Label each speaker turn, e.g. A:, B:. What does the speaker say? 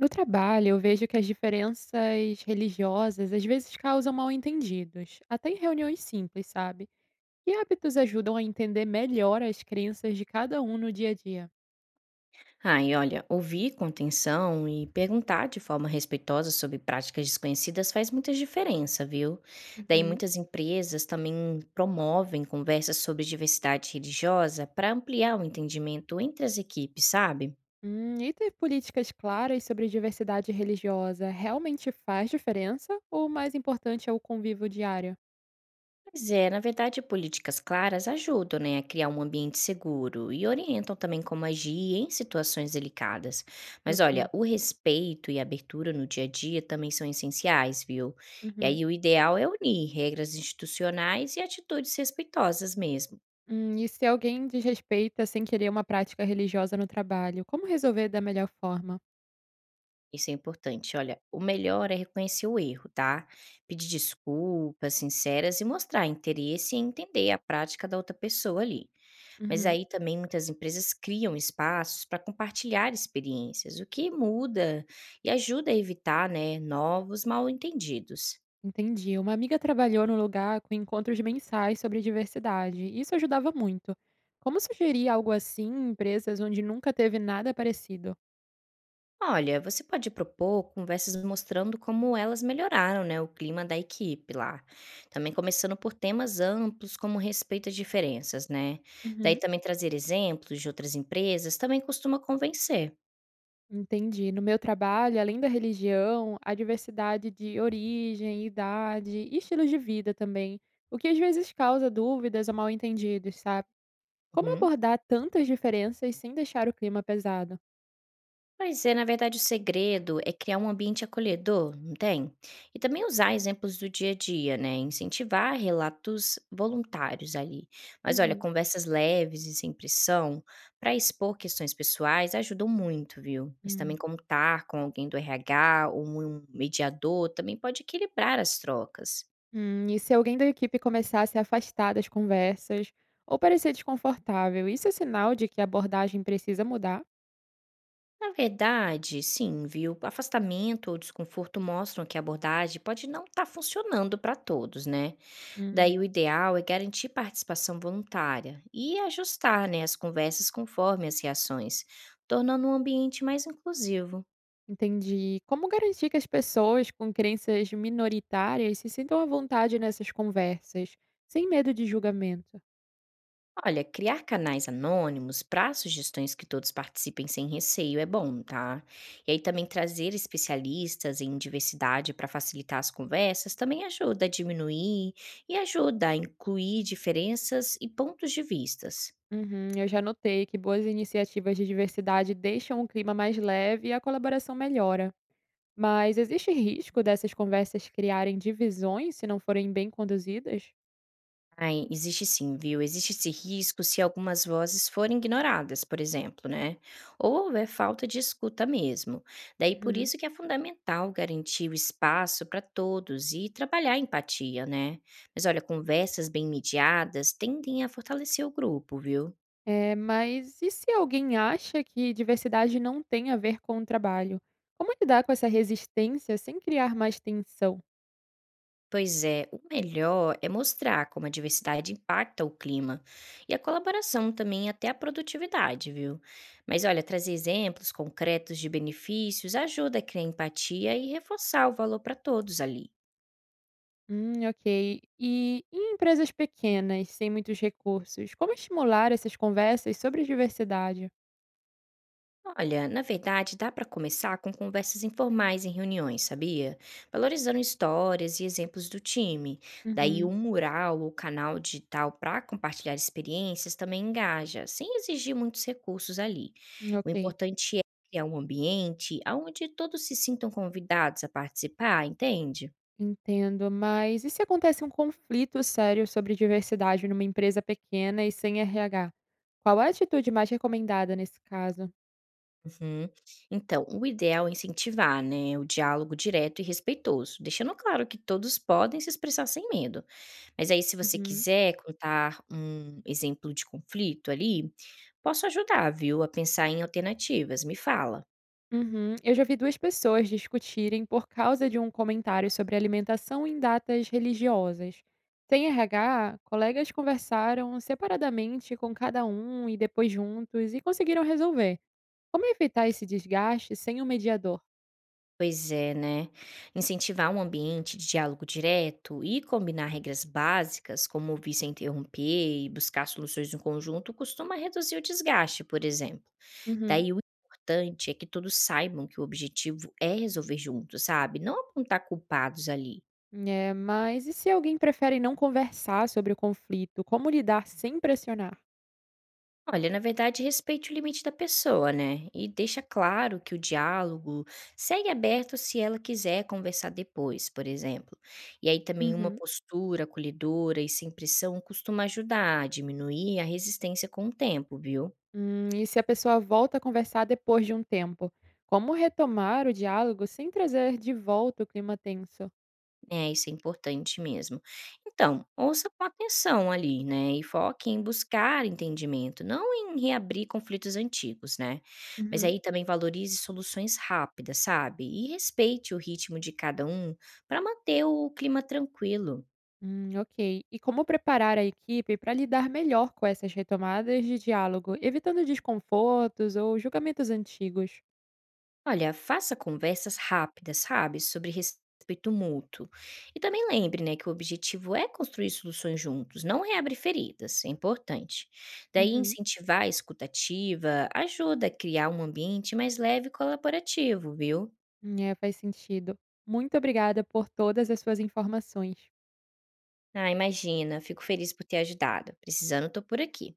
A: No trabalho, eu vejo que as diferenças religiosas às vezes causam mal-entendidos, até em reuniões simples, sabe? Que hábitos ajudam a entender melhor as crenças de cada um no dia a dia?
B: Ah, e olha, ouvir com atenção e perguntar de forma respeitosa sobre práticas desconhecidas faz muita diferença, viu? Daí
A: Uhum.
B: muitas empresas também promovem conversas sobre diversidade religiosa para ampliar o entendimento entre as equipes, sabe?
A: E ter políticas claras sobre diversidade religiosa realmente faz diferença? Ou o mais importante é o convívio diário?
B: Pois é, na verdade, políticas claras ajudam, né, a criar um ambiente seguro e orientam também como agir em situações delicadas. Mas olha,
A: Ok.
B: o respeito e a abertura no dia a dia também são essenciais, viu? E
A: Uhum.
B: aí o ideal é unir regras institucionais e atitudes respeitosas mesmo.
A: E se alguém desrespeita sem querer uma prática religiosa no trabalho, como resolver da melhor forma?
B: Isso é importante. Olha, o melhor é reconhecer o erro, tá? Pedir desculpas sinceras e mostrar interesse em entender a prática da outra pessoa ali. Mas
A: Uhum.
B: aí também muitas empresas criam espaços para compartilhar experiências, o que muda e ajuda a evitar, né, novos mal-entendidos.
A: Entendi. Uma amiga trabalhou no lugar com encontros mensais sobre diversidade. E isso ajudava muito. Como sugerir algo assim em empresas onde nunca teve nada parecido?
B: Olha, você pode propor conversas mostrando como elas melhoraram, né, o clima da equipe lá. Também começando por temas amplos, como respeito às diferenças, né? Daí
A: Uhum.
B: também trazer exemplos de outras empresas também costuma convencer.
A: Entendi. No meu trabalho, além da religião, a diversidade de origem, idade e estilos de vida também, o que às vezes causa dúvidas ou mal-entendidos, sabe? Como
B: Uhum.
A: abordar tantas diferenças sem deixar o clima pesado?
B: Pois é, na verdade, o segredo é criar um ambiente acolhedor, não tem? E também usar exemplos do dia a dia, né? Incentivar relatos voluntários ali. Mas olha,
A: Uhum.
B: conversas leves e sem pressão para expor questões pessoais ajudam muito, viu? Mas
A: Hum.
B: também contar com alguém do RH ou um mediador também pode equilibrar as trocas.
A: E se alguém da equipe começar a se afastar das conversas ou parecer desconfortável, isso é sinal de que a abordagem precisa mudar?
B: Na verdade, sim, viu? Afastamento ou desconforto mostram que a abordagem pode não estar funcionando para todos, né? Daí
A: Hum,
B: o ideal é garantir participação voluntária e ajustar, né, as conversas conforme as reações, tornando o ambiente mais inclusivo.
A: entendi. Como garantir que as pessoas com crenças minoritárias se sintam à vontade nessas conversas, sem medo de julgamento?
B: Olha, criar canais anônimos para sugestões que todos participem sem receio é bom, tá? E aí também trazer especialistas em diversidade para facilitar as conversas também ajuda a diminuir e ajuda a incluir diferenças e pontos de vistas.
A: Uhum, eu já notei que boas iniciativas de diversidade deixam o clima mais leve e a colaboração melhora. Mas existe risco dessas conversas criarem divisões se não forem bem conduzidas?
B: Ai, existe sim, viu? Existe esse risco se algumas vozes forem ignoradas, por exemplo, né? Ou houver falta de escuta mesmo. Daí por isso que é fundamental garantir o espaço para todos e trabalhar a empatia, né? Mas olha, conversas bem mediadas tendem a fortalecer o grupo, viu?
A: É, mas e se alguém acha que diversidade não tem a ver com o trabalho? Como lidar com essa resistência sem criar mais tensão?
B: Pois é, o melhor é mostrar como a diversidade impacta o clima e a colaboração também até a produtividade, viu? Mas olha, trazer exemplos concretos de benefícios ajuda a criar empatia e reforçar o valor para todos ali.
A: Ok. E em empresas pequenas, sem muitos recursos, como estimular essas conversas sobre diversidade?
B: Olha, na verdade, dá para começar com conversas informais em reuniões, sabia? Valorizando histórias e exemplos do time. Daí,
A: Uhum,
B: um mural ou canal digital para compartilhar experiências também engaja, sem exigir muitos recursos ali. O
A: ok.
B: importante é criar um ambiente onde todos se sintam convidados a participar, entende?
A: Entendo. Mas e se acontece um conflito sério sobre diversidade numa empresa pequena e sem RH? Qual a atitude mais recomendada nesse caso?
B: Uhum. Então, o ideal é incentivar, né, o diálogo direto e respeitoso, deixando claro que todos podem se expressar sem medo. Mas aí se você
A: Uhum.
B: quiser contar um exemplo de conflito ali, posso ajudar, viu, a pensar em alternativas, me fala.
A: Uhum. Eu já vi duas pessoas discutirem por causa de um comentário sobre alimentação em datas religiosas. Sem RH, colegas conversaram separadamente com cada um e depois juntos e conseguiram resolver. Como evitar esse desgaste sem um mediador?
B: Pois é, né? Incentivar um ambiente de diálogo direto e combinar regras básicas, como ouvir sem interromper e buscar soluções no conjunto, costuma reduzir o desgaste, por exemplo.
A: Uhum.
B: Daí o importante é que todos saibam que o objetivo é resolver juntos, sabe? Não apontar culpados ali.
A: É, mas e se alguém prefere não conversar sobre o conflito? Como lidar sem pressionar?
B: Olha, na verdade, respeite o limite da pessoa, né? E deixa claro que o diálogo segue aberto se ela quiser conversar depois, por exemplo. E aí também uma
A: Uhum.
B: postura acolhedora e sem pressão costuma ajudar a diminuir a resistência com o tempo, viu?
A: E se a pessoa volta a conversar depois de um tempo? Como retomar o diálogo sem trazer de volta o clima tenso?
B: É, isso é importante mesmo. Então, ouça com atenção ali, né? E foque em buscar entendimento, não em reabrir conflitos antigos, né? Mas
A: Uhum.
B: aí também valorize soluções rápidas, sabe? E respeite o ritmo de cada um para manter o clima tranquilo.
A: Ok. E como preparar a equipe para lidar melhor com essas retomadas de diálogo, evitando desconfortos ou julgamentos antigos?
B: Olha, faça conversas rápidas, sabe, sobre respeito mútuo. E também lembre, né, que o objetivo é construir soluções juntos, não reabrir feridas, é importante. Daí
A: Uhum.
B: incentivar a escutativa ajuda a criar um ambiente mais leve e colaborativo, viu?
A: É, faz sentido. Muito obrigada por todas as suas informações.
B: Ah, imagina, fico feliz por ter ajudado. Precisando, tô por aqui.